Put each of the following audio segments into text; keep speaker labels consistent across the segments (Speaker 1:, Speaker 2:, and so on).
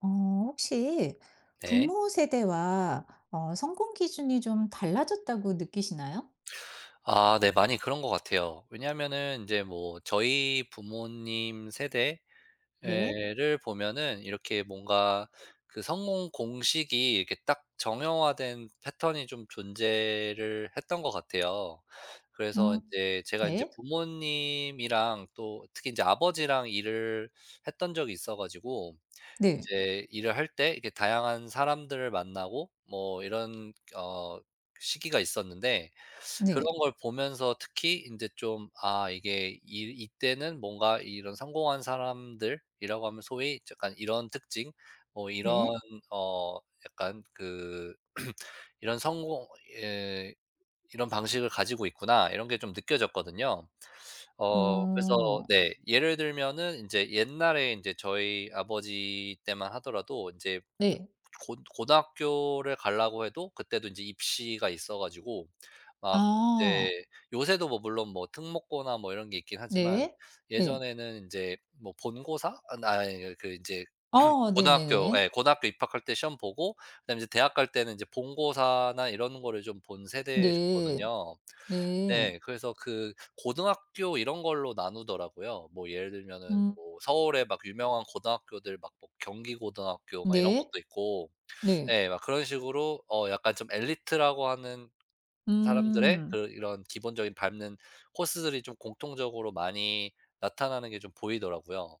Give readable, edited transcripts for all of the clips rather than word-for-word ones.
Speaker 1: 어, 혹시
Speaker 2: 네.
Speaker 1: 부모 세대와 성공 기준이 좀 달라졌다고 느끼시나요?
Speaker 2: 아 네. 많이 그런 것 같아요. 왜냐하면은 이제 뭐 저희 부모님
Speaker 1: 네.
Speaker 2: 세대를 보면은 이렇게 뭔가 그 성공 공식이 이렇게 딱 정형화된 패턴이 좀 존재를 했던 것 같아요. 그래서 이
Speaker 1: 음.
Speaker 2: 제 제가 이제
Speaker 1: 네.
Speaker 2: 부모님이랑 또 특히 이제 아버지랑 일을 했던 적이 있어 가지고 이
Speaker 1: 네.
Speaker 2: 제 일을 할 때 이렇게 다양한 사람들을 만나고 뭐 이런 시기가 있었는데, 그런
Speaker 1: 네.
Speaker 2: 걸 보면서 특히 인제 좀 '아, 이게 이 이때는 뭔가 이런 성공한 사람들이라고 하면 소위 약간 이런 특징 뭐 이런
Speaker 1: 네.
Speaker 2: 어 약간 그 이런 성공, 예, 이런 방식을 가지고 있구나.' 이런 게 좀 느껴졌거든요. 그래서
Speaker 1: 어.
Speaker 2: 네, 예를 들면은 인제 옛날에 인제 저희 아버지 때만 하더라도 인제
Speaker 1: 네.
Speaker 2: 고 고등학교를 가려고 해도 그때도 이제 입시가 있어 가지고 막 이제,
Speaker 1: 아.
Speaker 2: 요새도 뭐 물론 뭐 특목고나 뭐 이런 게 있긴 하지만
Speaker 1: 네. 네.
Speaker 2: 예전에는 이제 뭐 본고사? 아 아니 그 이제
Speaker 1: 어,
Speaker 2: 고등학교,
Speaker 1: 네네네.
Speaker 2: 예, 고등학교 입학할 때 시험 보고, 그다음에 이제 대학 갈 때는 이제 본고사나 이런 거를 좀 본
Speaker 1: 네.
Speaker 2: 세대셨거든요.
Speaker 1: 네.
Speaker 2: 네. 그래서 그 고등학교 이런 걸로 나누더라고요. 뭐 예를 들면은
Speaker 1: 음.
Speaker 2: 뭐 서울에 막 유명한 고등학교들, 막 뭐 경기고등학교 막 이런
Speaker 1: 네.
Speaker 2: 것도 있고.
Speaker 1: 네.
Speaker 2: 예. 막 그런 식으로 약간 좀 엘리트라고 하는 사람들의
Speaker 1: 음.
Speaker 2: 그 이런 기본적인 밟는 코스들이 좀 공통적으로 많이 나타나는 게 좀 보이더라고요.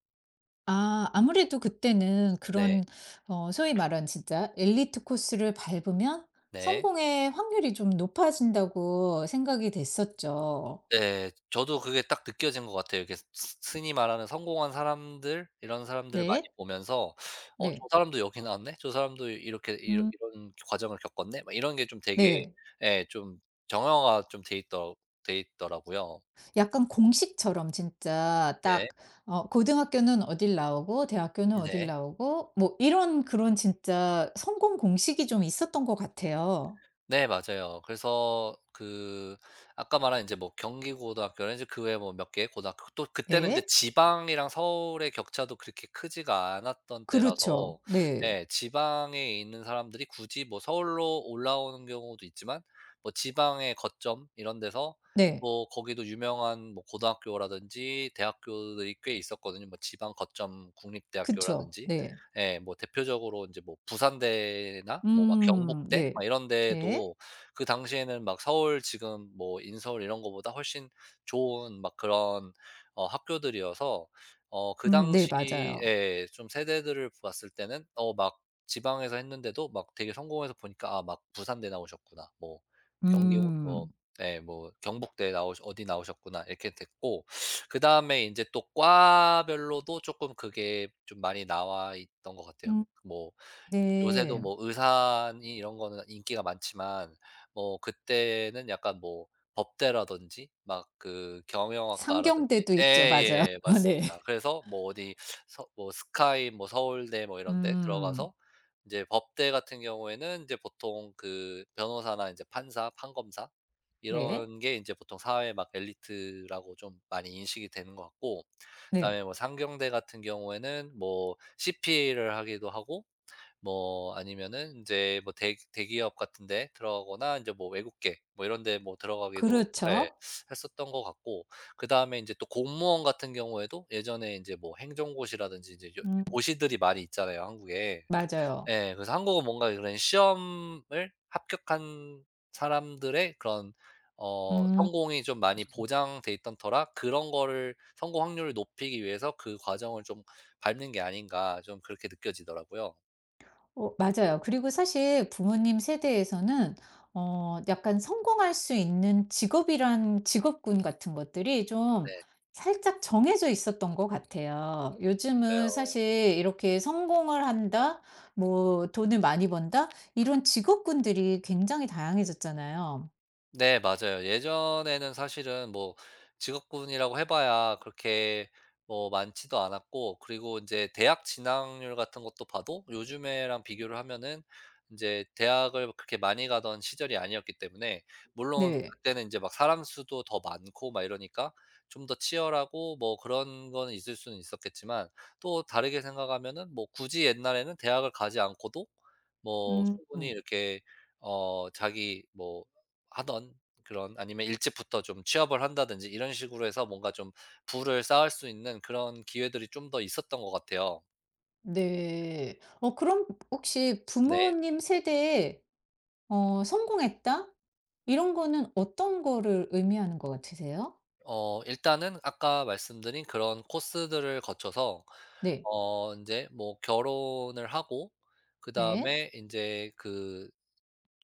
Speaker 1: 아 아무래도 그때는
Speaker 2: 네.
Speaker 1: 그런 소위 말하는 진짜 엘리트 코스를 밟으면
Speaker 2: 네.
Speaker 1: 성공의 확률이 좀 높아진다고 생각이 됐었죠.
Speaker 2: 네. 저도 그게 딱 느껴진 것 같아요. 이렇게 스 스 흔히 말하는 성공한 사람들, 이런 사람들을 많이
Speaker 1: 네.
Speaker 2: 보면서 '어, 저
Speaker 1: 네.
Speaker 2: 사람도 여기 나왔네. 저 사람도 이렇게 이러
Speaker 1: 음
Speaker 2: 이런 과정을 겪었네.' 막 이런 게 좀 되게,
Speaker 1: 네.
Speaker 2: 예, 좀 정형화 좀 돼 있더라고요.
Speaker 1: 약간 공식처럼 진짜 딱
Speaker 2: 네.
Speaker 1: 고등학교는 어딜 나오고 대학교는 어딜
Speaker 2: 네.
Speaker 1: 나오고 뭐 이런 그런 진짜 성공 공식이 좀 있었던 것 같아요.
Speaker 2: 네 맞아요. 그래서 그, 아까 말한 이제 뭐 경기고등학교라든지 그 외에 뭐 몇 개의 고등학교, 또 그때는 이제
Speaker 1: 네.
Speaker 2: 지방이랑 서울의 격차도 그렇게 크지가 않았던 때라서,
Speaker 1: 그렇죠. 네.
Speaker 2: 예, 지방에 있는 사람들이 굳이 뭐 서울로 올라오는 경우도 있지만 뭐 지방의 거점 이런 데서
Speaker 1: 네.
Speaker 2: 뭐 거기도 유명한 뭐 고등학교라든지 대학교들이 꽤 있었거든요. 뭐 지방 거점
Speaker 1: 그쵸.
Speaker 2: 국립대학교라든지.
Speaker 1: 네.
Speaker 2: 예, 뭐 대표적으로 이제 뭐 부산대나 뭐 막 경북대
Speaker 1: 네.
Speaker 2: 막 이런
Speaker 1: 네.
Speaker 2: 데도 그 당시에는 막 서울 지금 뭐 인서울 이런 거보다 훨씬 좋은 막 그런 학교들이어서, 그
Speaker 1: 네 맞아요.
Speaker 2: 당시에 좀 세대들을 봤을 때는 막 지방에서 했는데도 막 되게 성공해서 보니까 '아, 막 부산대 나오셨구나.' 뭐 경기 뭐,
Speaker 1: 음.
Speaker 2: 예, 뭐 경북대 나오 어디 나오셨구나 이렇게 됐고, 그다음에 이제 또 과별로도 조금 그게 좀 많이 나와 있던 것 같아요.
Speaker 1: 음.
Speaker 2: 뭐 요새도
Speaker 1: 네.
Speaker 2: 뭐 의사니 이런 거는 인기가 많지만 뭐 그때는 약간 뭐 법대라든지 막 그 경영학과라든지.
Speaker 1: 상경대도 있죠. 맞아요.
Speaker 2: 예예.
Speaker 1: 네.
Speaker 2: 맞습니다. 그래서 뭐 어디 서 뭐 스카이 뭐 서울대 뭐 이런 데
Speaker 1: 음.
Speaker 2: 들어가서, 이제 법대 같은 경우에는 이제 보통 그 변호사나 이제 판사, 판검사
Speaker 1: 네.
Speaker 2: 이런 게 이제 보통 사회 막 엘리트라고 좀 많이 인식이 되는 것 같고,
Speaker 1: 네.
Speaker 2: 그다음에 뭐 상경대 같은 경우에는 뭐 CPA를 하기도 하고 뭐 아니면은 이제 뭐 대 대기업 같은 데 들어가거나 이제 뭐 외국계 뭐 이런 데 뭐 들어가기도, 예,
Speaker 1: 그렇죠.
Speaker 2: 했었던 것 같고, 그다음에 이제 또 공무원 같은 경우에도 예전에 이제 뭐 행정고시라든지 이제
Speaker 1: 음
Speaker 2: 고시들이 많이 있잖아요, 한국에.
Speaker 1: 맞아요.
Speaker 2: 예. 그래서 한국은 뭔가 그런 시험을 합격한 사람들의 그런
Speaker 1: 음.
Speaker 2: 성공이 좀 많이 보장돼 있던 터라 그런 거를 성공 확률을 높이기 위해서 그 과정을 좀 밟는 게 아닌가 좀 그렇게 느껴지더라고요.
Speaker 1: 맞아요. 그리고 사실 부모님 세대에서는 약간 성공할 수 있는 직업이란 직업군 같은 것들이 좀
Speaker 2: 네.
Speaker 1: 살짝 정해져 있었던 것 같아요. 요즘은
Speaker 2: 맞아요.
Speaker 1: 사실 이렇게 성공을 한다, 뭐 돈을 많이 번다 이런 직업군들이 굉장히 다양해졌잖아요.
Speaker 2: 네 맞아요. 예전에는 사실은 뭐 직업군이라고 해 봐야 그렇게 뭐 많지도 않았고, 그리고 이제 대학 진학률 같은 것도 봐도 요즘에랑 비교를 하면은 이제 대학을 그렇게 많이 가던 시절이 아니었기 때문에, 물론
Speaker 1: 네.
Speaker 2: 그때는 이제 막 사람 수도 더 많고 막 이러니까 좀 더 치열하고 뭐 그런 거는 있을 수는 있었겠지만 또 다르게 생각하면은 뭐 굳이 옛날에는 대학을 가지 않고도 뭐
Speaker 1: 음
Speaker 2: 충분히
Speaker 1: 음.
Speaker 2: 이렇게 자기 뭐 하던 그런, 아니면 일찍부터 좀 취업을 한다든지 이런 식으로 해서 뭔가 좀 부를 쌓을 수 있는 그런 기회들이 좀 더 있었던 것 같아요.
Speaker 1: 네. 그럼 혹시
Speaker 2: 네.
Speaker 1: 부모님 세대에 성공했다? 이런 거는 어떤 거를 의미하는 것 같으세요?
Speaker 2: 일단은 아까 말씀드린 그런 코스들을 거쳐서
Speaker 1: 네.
Speaker 2: 이제 뭐 결혼을 하고,
Speaker 1: 네.
Speaker 2: 그다음에 이제그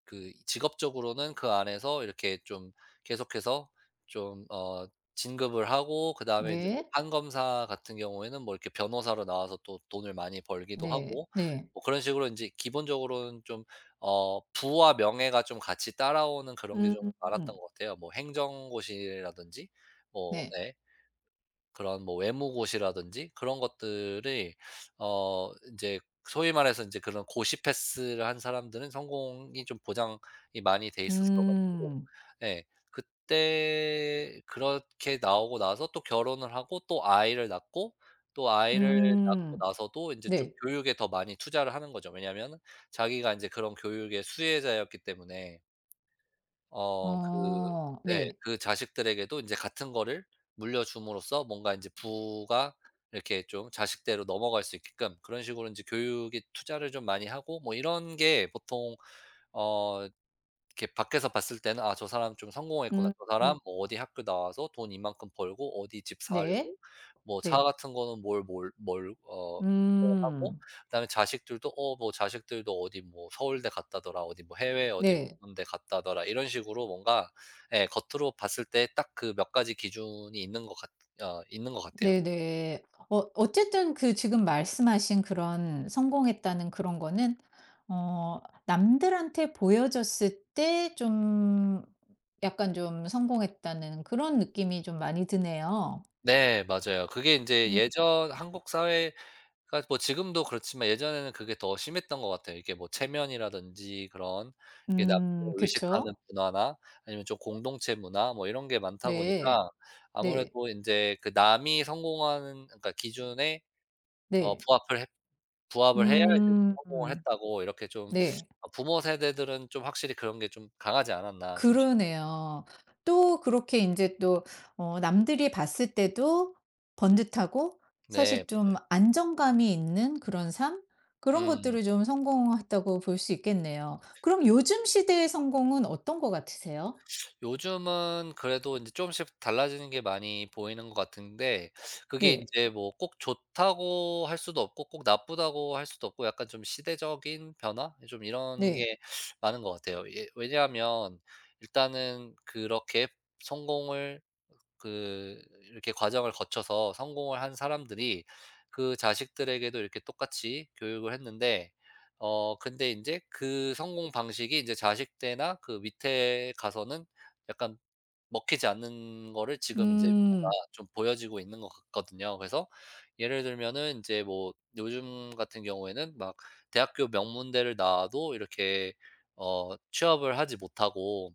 Speaker 2: 그 직업적으로는 그 안에서 이렇게 좀 계속해서 좀 진급을 하고, 그다음에 이제 뭐
Speaker 1: 네.
Speaker 2: 판검사 같은 경우에는 뭐 이렇게 변호사로 나와서 또 돈을 많이 벌기도
Speaker 1: 네.
Speaker 2: 하고,
Speaker 1: 네.
Speaker 2: 뭐 그런 식으로 이제 기본적으로는 좀 부와 명예가 좀 같이 따라오는 그런 게
Speaker 1: 음.
Speaker 2: 좀
Speaker 1: 음,
Speaker 2: 많았던 것 같아요. 뭐 행정고시라든지 뭐
Speaker 1: 네.
Speaker 2: 예 그런 뭐 외무고시라든지, 그런 것들이 이제 소위 말해서 인제 그런 고시 패스를 한 사람들은 성공이 좀 보장이 많이 돼 있었어 가지고.
Speaker 1: 음.
Speaker 2: 예. 그때 그렇게 나오고 나서 또 결혼을 하고 또 아이를 낳고, 또 아이를 낳고
Speaker 1: 음.
Speaker 2: 나서도 인제 좀
Speaker 1: 네.
Speaker 2: 교육에 더 많이 투자를 하는 거죠. 왜냐하면은 자기가 인제 그런 교육의 수혜자였기 때문에. 어 그
Speaker 1: 어.
Speaker 2: 네,
Speaker 1: 네.
Speaker 2: 그 자식들에게도 이제 같은 거를 물려줌으로써 뭔가 이제 부가 이렇게 좀 자식대로 넘어갈 수 있게끔 그런 식으로 이제 교육에 투자를 좀 많이 하고, 뭐 이런 게 보통 어 이렇게 밖에서 봤을 때는 '아, 저 사람 좀 성공했구나.
Speaker 1: 음.
Speaker 2: 저 사람 뭐 어디 학교 나와서 돈 이만큼 벌고, 어디 집 살고,
Speaker 1: 네.
Speaker 2: 뭐 차
Speaker 1: 네.
Speaker 2: 같은 거는 뭘 하고,
Speaker 1: 음.
Speaker 2: 그다음에 자식들도 어디 뭐 서울대 갔다더라. 어디 뭐 해외 어디 몇
Speaker 1: 네.
Speaker 2: 군데 갔다더라.' 이런 식으로 뭔가, 예, 겉으로 봤을 때 딱 그 몇 가지 기준이 있는 것 같아요.
Speaker 1: 네네. 어쨌든 그 지금 말씀하신 그런 성공했다는 그런 거는 남들한테 보여졌을 때 좀 약간 좀 성공했다는 그런 느낌이 좀 많이 드네요.
Speaker 2: 네 맞아요. 그게 인제
Speaker 1: 음.
Speaker 2: 예전 한국 사회, 그러니까 뭐 지금도 그렇지만 예전에는 그게 더 심했던 것 같아요. 이게 뭐 체면이라든지 그런, 이게 남들을 의식하는
Speaker 1: 그쵸?
Speaker 2: 문화나, 아니면 좀 공동체 문화 뭐 이런 게 많다
Speaker 1: 네.
Speaker 2: 보니까,
Speaker 1: 네.
Speaker 2: 아무래도 인제 그 남이 성공하는, 그러니까 기준에 어
Speaker 1: 네.
Speaker 2: 부합을 했 부합을 해야 이제 좀
Speaker 1: 음
Speaker 2: 성공을 했다고 이렇게 좀,
Speaker 1: 네.
Speaker 2: 부모 세대들은 좀 확실히 그런 게 좀 강하지 않았나 좀 싶
Speaker 1: 그러네요. 또 그렇게 인제 또 남들이 봤을 때도 번듯하고
Speaker 2: 네
Speaker 1: 사실 좀
Speaker 2: 맞아요.
Speaker 1: 안정감이 있는 그런 삶? 그런
Speaker 2: 음.
Speaker 1: 것들을 좀 성공했다고 볼 수 있겠네요. 그럼 요즘 시대의 성공은 어떤 것 같으세요?
Speaker 2: 요즘은 그래도 이제 조금씩 달라지는 게 많이 보이는 것 같은데, 그게 이
Speaker 1: 네.
Speaker 2: 제 뭐 꼭 좋다고 할 수도 없고 꼭 나쁘다고 할 수도 없고 약간 좀 시대적인 변화? 좀 이런
Speaker 1: 네.
Speaker 2: 게 많은 것 같아요. 예. 왜냐하면 일단은 그렇게 성공을, 그 이렇게 과정을 거쳐서 성공을 한 사람들이 그 자식들에게도 이렇게 똑같이 교육을 했는데 근데 인제 그 성공 방식이 인제 자식 때나 그 밑에 가서는 약간 먹히지 않는 거를 지금 인제 뭔가
Speaker 1: 음.
Speaker 2: 좀 보여지고 있는 것 같거든요. 그래서 예를 들면은 인제 뭐 요즘 같은 경우에는 막 대학교, 명문대를 나와도 이렇게 취업을 하지 못하고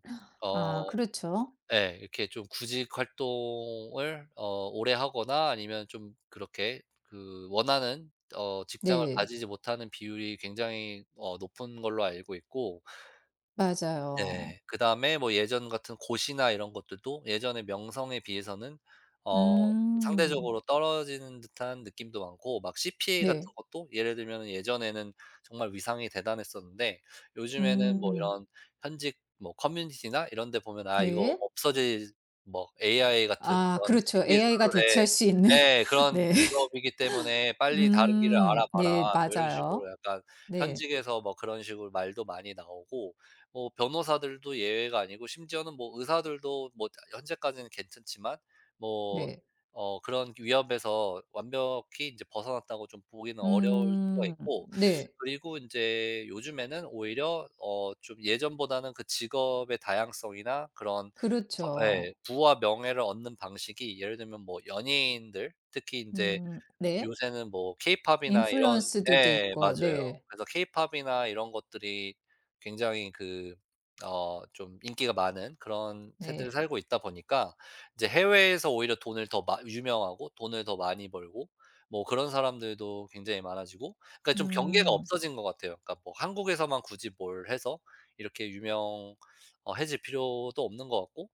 Speaker 1: 아
Speaker 2: 어
Speaker 1: 그렇죠.
Speaker 2: 예. 이렇게 좀 구직 활동을 오래 하거나 아니면 좀 그렇게 그 원하는 직장을
Speaker 1: 네.
Speaker 2: 가지지 못하는 비율이 굉장히 높은 걸로 알고 있고.
Speaker 1: 맞아요.
Speaker 2: 네. 그다음에 뭐 예전 같은 고시나 이런 것들도 예전의 명성에 비해서는 어 좀
Speaker 1: 음.
Speaker 2: 상대적으로 떨어지는 듯한 느낌도 많고, 막 CPA 같은
Speaker 1: 네.
Speaker 2: 것도 예를 들면은 예전에는 정말 위상이 대단했었는데 요즘에는 뭐
Speaker 1: 음.
Speaker 2: 이런 현직 뭐 커뮤니티나 이런 데 보면 '아, 이거
Speaker 1: 네.
Speaker 2: 없어질, 뭐 AI 같은
Speaker 1: 아
Speaker 2: 이런
Speaker 1: 그렇죠. AI가 대체할
Speaker 2: 신기술의',
Speaker 1: 수 있는
Speaker 2: 예, '그런
Speaker 1: 네.
Speaker 2: 직업이기 때문에 빨리 다른 길을
Speaker 1: 음. 네.
Speaker 2: 알아봐라.' 뭐 이런 식으로
Speaker 1: 맞아요.
Speaker 2: 약간
Speaker 1: 네.
Speaker 2: 현직에서 뭐 그런 식으로 말도 많이 나오고, 뭐 변호사들도 예외가 아니고, 심지어는 뭐 의사들도 뭐 현재까지는 괜찮지만 뭐
Speaker 1: 네.
Speaker 2: 그런 위협에서 완벽히 인제 벗어났다고 좀 보기는 어려울 수가
Speaker 1: 음.
Speaker 2: 있고,
Speaker 1: 네.
Speaker 2: 그리고 인제 요즘에는 오히려 좀 예전보다는 그 직업의 다양성이나 그런, 서,
Speaker 1: 그렇죠.
Speaker 2: 예, 부와 명예를 얻는 방식이, 예를 들면 뭐 연예인들, 특히 인제
Speaker 1: 음. 네.
Speaker 2: 요새는 뭐 케이팝이나 이런.
Speaker 1: 인플루언스들도
Speaker 2: 예
Speaker 1: 있고
Speaker 2: 맞아요.
Speaker 1: 네.
Speaker 2: 그래서 케이팝이나 이런 것들이 굉장히 그 좀 인기가 많은 그런 세대를
Speaker 1: 네.
Speaker 2: 살고 있다 보니까, 이제 해외에서 오히려 돈을 더 마 유명하고 돈을 더 많이 벌고 뭐 그런 사람들도 굉장히 많아지고, 그러니까 좀 경계가
Speaker 1: 음.
Speaker 2: 없어진 것 같아요. 그러니까 뭐 한국에서만 굳이 뭘 해서 이렇게 유명 해질 필요도 없는 것 같고,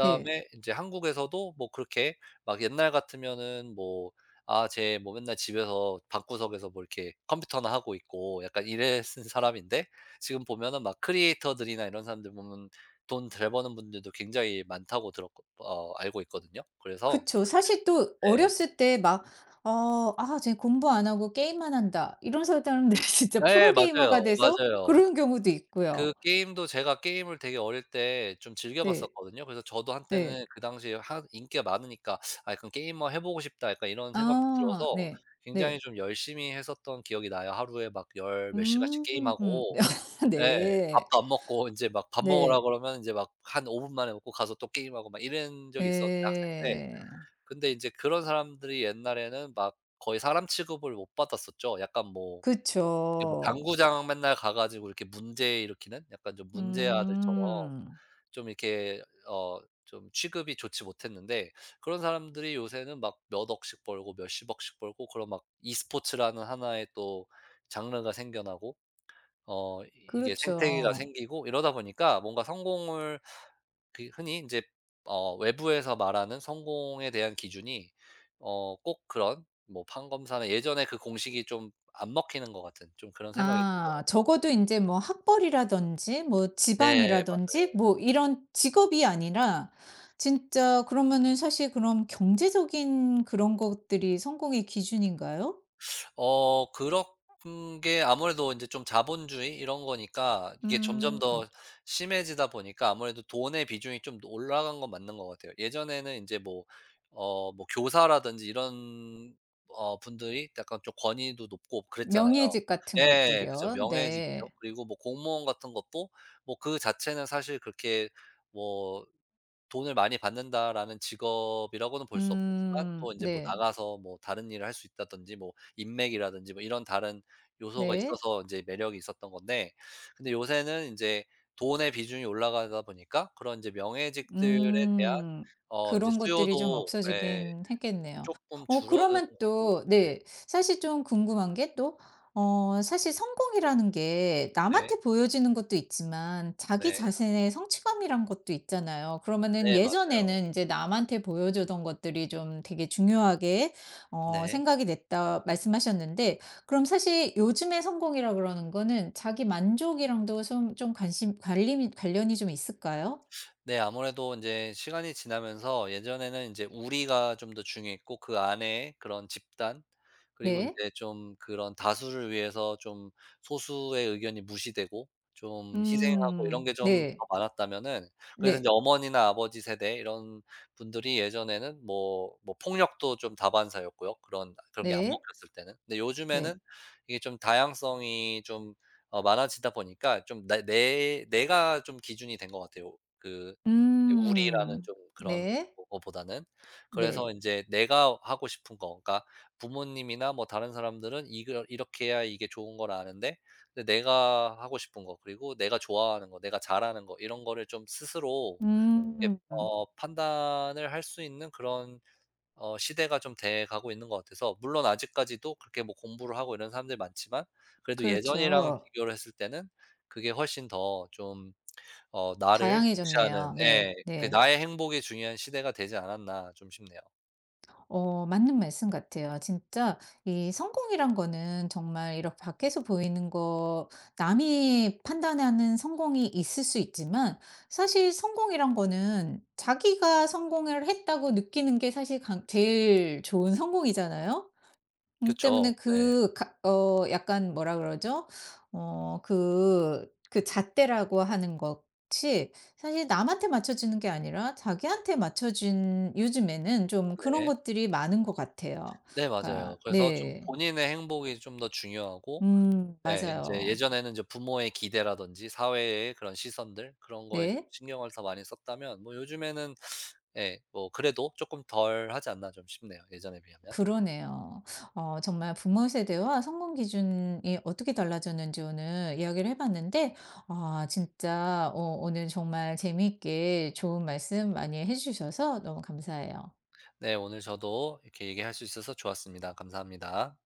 Speaker 1: 네.
Speaker 2: 이제 한국에서도 뭐 그렇게, 막 옛날 같으면은 뭐 '아 쟤 뭐 맨날 집에서 방구석에서 뭐 이렇게 컴퓨터나 하고 있고', 약간 이랬은 사람인데 지금 보면은 막 크리에이터들이나 이런 사람들 보면 돈 잘 버는 분들도 굉장히 많다고 들었고 알고 있거든요. 그래서.
Speaker 1: 그쵸. 사실 또
Speaker 2: 네.
Speaker 1: 어렸을 때 막 '아 쟤 공부 안 하고 게임만 한다.' 이런 사람들이 진짜
Speaker 2: 예 맞아요.
Speaker 1: 프로게이머가 돼서
Speaker 2: 맞아요.
Speaker 1: 그런 경우도 있고요.
Speaker 2: 그 게임도 제가 게임을 되게 어릴 때 좀 즐겨
Speaker 1: 네.
Speaker 2: 봤었거든요. 그래서 저도
Speaker 1: 네.
Speaker 2: 한때는 그 당시에 하 인기가 많으니까 '아 약간 게이머 해 보고 싶다.' 약간 이런 생각도
Speaker 1: 아.
Speaker 2: 들어서
Speaker 1: 네.
Speaker 2: 굉장히
Speaker 1: 네.
Speaker 2: 좀 열심히 했었던 기억이 나요. 하루에 막 열 몇 시간씩
Speaker 1: 음.
Speaker 2: 게임하고. 예.
Speaker 1: 네.
Speaker 2: 밥도 안 먹고 인제 막 밥 먹으라
Speaker 1: 네.
Speaker 2: 그러면 인제 막 한 5분 만에 먹고 가서 또 게임하고 막 이런 적이 있었는데, 학생 때.
Speaker 1: 예.
Speaker 2: 근데 인제 그런 사람들이 옛날에는 막 거의 사람 취급을 못 받았었죠. 약간 뭐 이게 뭐
Speaker 1: 그쵸.
Speaker 2: 당구장 맨날 가 가지고 이렇게 문제 일으키는 약간 좀 문제 아들처럼
Speaker 1: 음.
Speaker 2: 좀 이렇게 어 좀 취급이 좋지 못했는데, 그런 사람들이 요새는 막 몇 억씩 벌고 몇십억씩 벌고 그런, 막 e스포츠라는 하나의 또 장르가 생겨나고 이 이게 생태계가
Speaker 1: 그렇죠.
Speaker 2: 생기고 이러다 보니까 뭔가 성공을, 그 흔히 이제 외부에서 말하는 성공에 대한 기준이 꼭 그런 뭐 판검사나 예전에 그 공식이 좀 안 먹히는 것 같은, 좀 그런 생각이 들어
Speaker 1: 아
Speaker 2: 요
Speaker 1: 적어도 인제 뭐 학벌이라든지 뭐
Speaker 2: 네 맞아요.
Speaker 1: 집안이라든지 뭐 이런 직업이 아니라 진짜 그러면은 사실 그럼 경제적인 그런 것들이 성공의 기준인가요?
Speaker 2: 그런 게 아무래도 이제 좀 자본주의 이런 거니까, 이게 점점
Speaker 1: 음.
Speaker 2: 더 심해지다 보니까 아무래도 돈의 비중이 좀 올라간 건 맞는 것 같아요. 예전에는 이제 뭐 뭐 교사라든지 이런 분들이 약간 좀 권위도 높고 그랬잖아요.
Speaker 1: 명예직 같은
Speaker 2: 예 그죠.
Speaker 1: 것들이요.
Speaker 2: 명예직이죠.
Speaker 1: 네.
Speaker 2: 그리고 뭐 공무원 같은 것도 뭐 그 자체는 사실 그렇게 뭐 '돈을 많이 받는다.'라는 직업이라고는 볼 수 없었지만
Speaker 1: 음.
Speaker 2: 또 이제 뭐
Speaker 1: 네.
Speaker 2: 나가서 뭐 다른 일을 할 수 있다든지 뭐 인맥이라든지 뭐 이런 다른 요소가
Speaker 1: 네.
Speaker 2: 있어서 인제 매력이 있었던 건데, 근데 요새는 인제 돈의 비중이 올라가다 보니까 그런 이제 명예직들에 대한
Speaker 1: 음.
Speaker 2: 인제
Speaker 1: 그런 것들이 좀
Speaker 2: 수요도, 예,
Speaker 1: 없어지긴 했겠네요.
Speaker 2: 쪼끔 줄어드는
Speaker 1: 그러면
Speaker 2: 것 같고.
Speaker 1: 또
Speaker 2: 네.
Speaker 1: 네. 사실 좀 궁금한 게 또 사실 성공이라는 게
Speaker 2: 네.
Speaker 1: 남한테 보여지는 것도 있지만 자기
Speaker 2: 네.
Speaker 1: 자신의 성취감이란 것도 있잖아요. 그러면은
Speaker 2: 네 맞아요.
Speaker 1: 예전에는 이제 남한테 보여주던 것들이 좀 되게 중요하게
Speaker 2: 네.
Speaker 1: 생각이 됐다 말씀하셨는데 그럼 사실 요즘의 성공이라 그러는 거는 자기 만족이랑도 좀 관심 관림 관련이 좀 있을까요?
Speaker 2: 네. 아무래도 이제 시간이 지나면서 예전에는 이제 우리가 좀 더 중요했고, 그 안에 그런 집단, 그리고 이
Speaker 1: 네.
Speaker 2: 제 좀 그런 다수를 위해서 좀 소수의 의견이 무시되고 좀 희생하고 이런
Speaker 1: 음.
Speaker 2: 게 좀
Speaker 1: 네.
Speaker 2: 더 많았다면은, 그래서 이제
Speaker 1: 네.
Speaker 2: 어머니나 아버지 세대 이런 분들이 예전에는 뭐 폭력도 좀 다반사였고요, 그런 그런 게 안
Speaker 1: 네.
Speaker 2: 먹혔을 때는. 근데
Speaker 1: 네.
Speaker 2: 요즘에는 이게 좀 다양성이 좀 많아지다 보니까 좀 나 내 내가 좀 기준이 된 것 같아요. 그 우리라는
Speaker 1: 음.
Speaker 2: 좀 그런
Speaker 1: 네.
Speaker 2: 거보다는. 그래서
Speaker 1: 네.
Speaker 2: 인제 내가 하고 싶은 거, 그러니까 부모님이나 뭐 다른 사람들은 이걸 이렇게 해야 이게 좋은 걸 아는데, 근데 내가 하고 싶은 거 그리고 내가 좋아하는 거 내가 잘하는 거 이런 거를 좀 스스로 이렇게
Speaker 1: 음.
Speaker 2: 판단을 할 수 있는 그런 시대가 좀 돼 가고 있는 것 같아서. 물론 아직까지도 그렇게 뭐 공부를 하고 이런 사람들이 많지만, 그래도 예전이랑
Speaker 1: 그렇죠.
Speaker 2: 비교를 했을 때는 그게 훨씬 더좀 나를 중시하는,
Speaker 1: 다양해졌네요.
Speaker 2: 예,
Speaker 1: 네.
Speaker 2: 그
Speaker 1: 네.
Speaker 2: '나의 행복이 중요한 시대가 되지 않았나.' 좀 싶네요.
Speaker 1: 맞는 말씀 같아요. 진짜 이 성공이란 거는 정말 이렇게 밖에서 보이는 거 남이 판단하는 성공이 있을 수 있지만 사실 성공이란 거는 자기가 성공을 했다고 느끼는 게 사실 강 제일 좋은 성공이잖아요.
Speaker 2: 그쵸.
Speaker 1: 때문에
Speaker 2: 네.
Speaker 1: 그 가 약간 뭐라 그러죠? 그 잣대라고 하는 것이 사실 남한테 맞춰지는 게 아니라 자기한테 맞춰진 요즘에는 좀 그런
Speaker 2: 네.
Speaker 1: 것들이 많은 것 같아요.
Speaker 2: 네 맞아요.
Speaker 1: 그러니까
Speaker 2: 그래서 좀
Speaker 1: 네.
Speaker 2: 본인의 행복이 좀 더 중요하고, 예, 인제
Speaker 1: 맞아요.
Speaker 2: 예전에는 인제 부모의 기대라든지 사회의 그런 시선들 그런 거에 좀
Speaker 1: 네.
Speaker 2: 신경을 더 많이 썼다면 뭐 요즘에는, 예, 뭐 그래도 쪼끔 덜하지 않나 좀 싶네요, 예전에 비하면.
Speaker 1: 그러네요. 정말 부모 세대와 성공 기준이 어떻게 달라졌는지 오늘 이야기를 해 봤는데 아 진짜 오늘 정말 재미있게 좋은 말씀 많이 해 주셔서 너무 감사해요.
Speaker 2: 네 오늘 저도 이렇게 얘기할 수 있어서 좋았습니다. 감사합니다.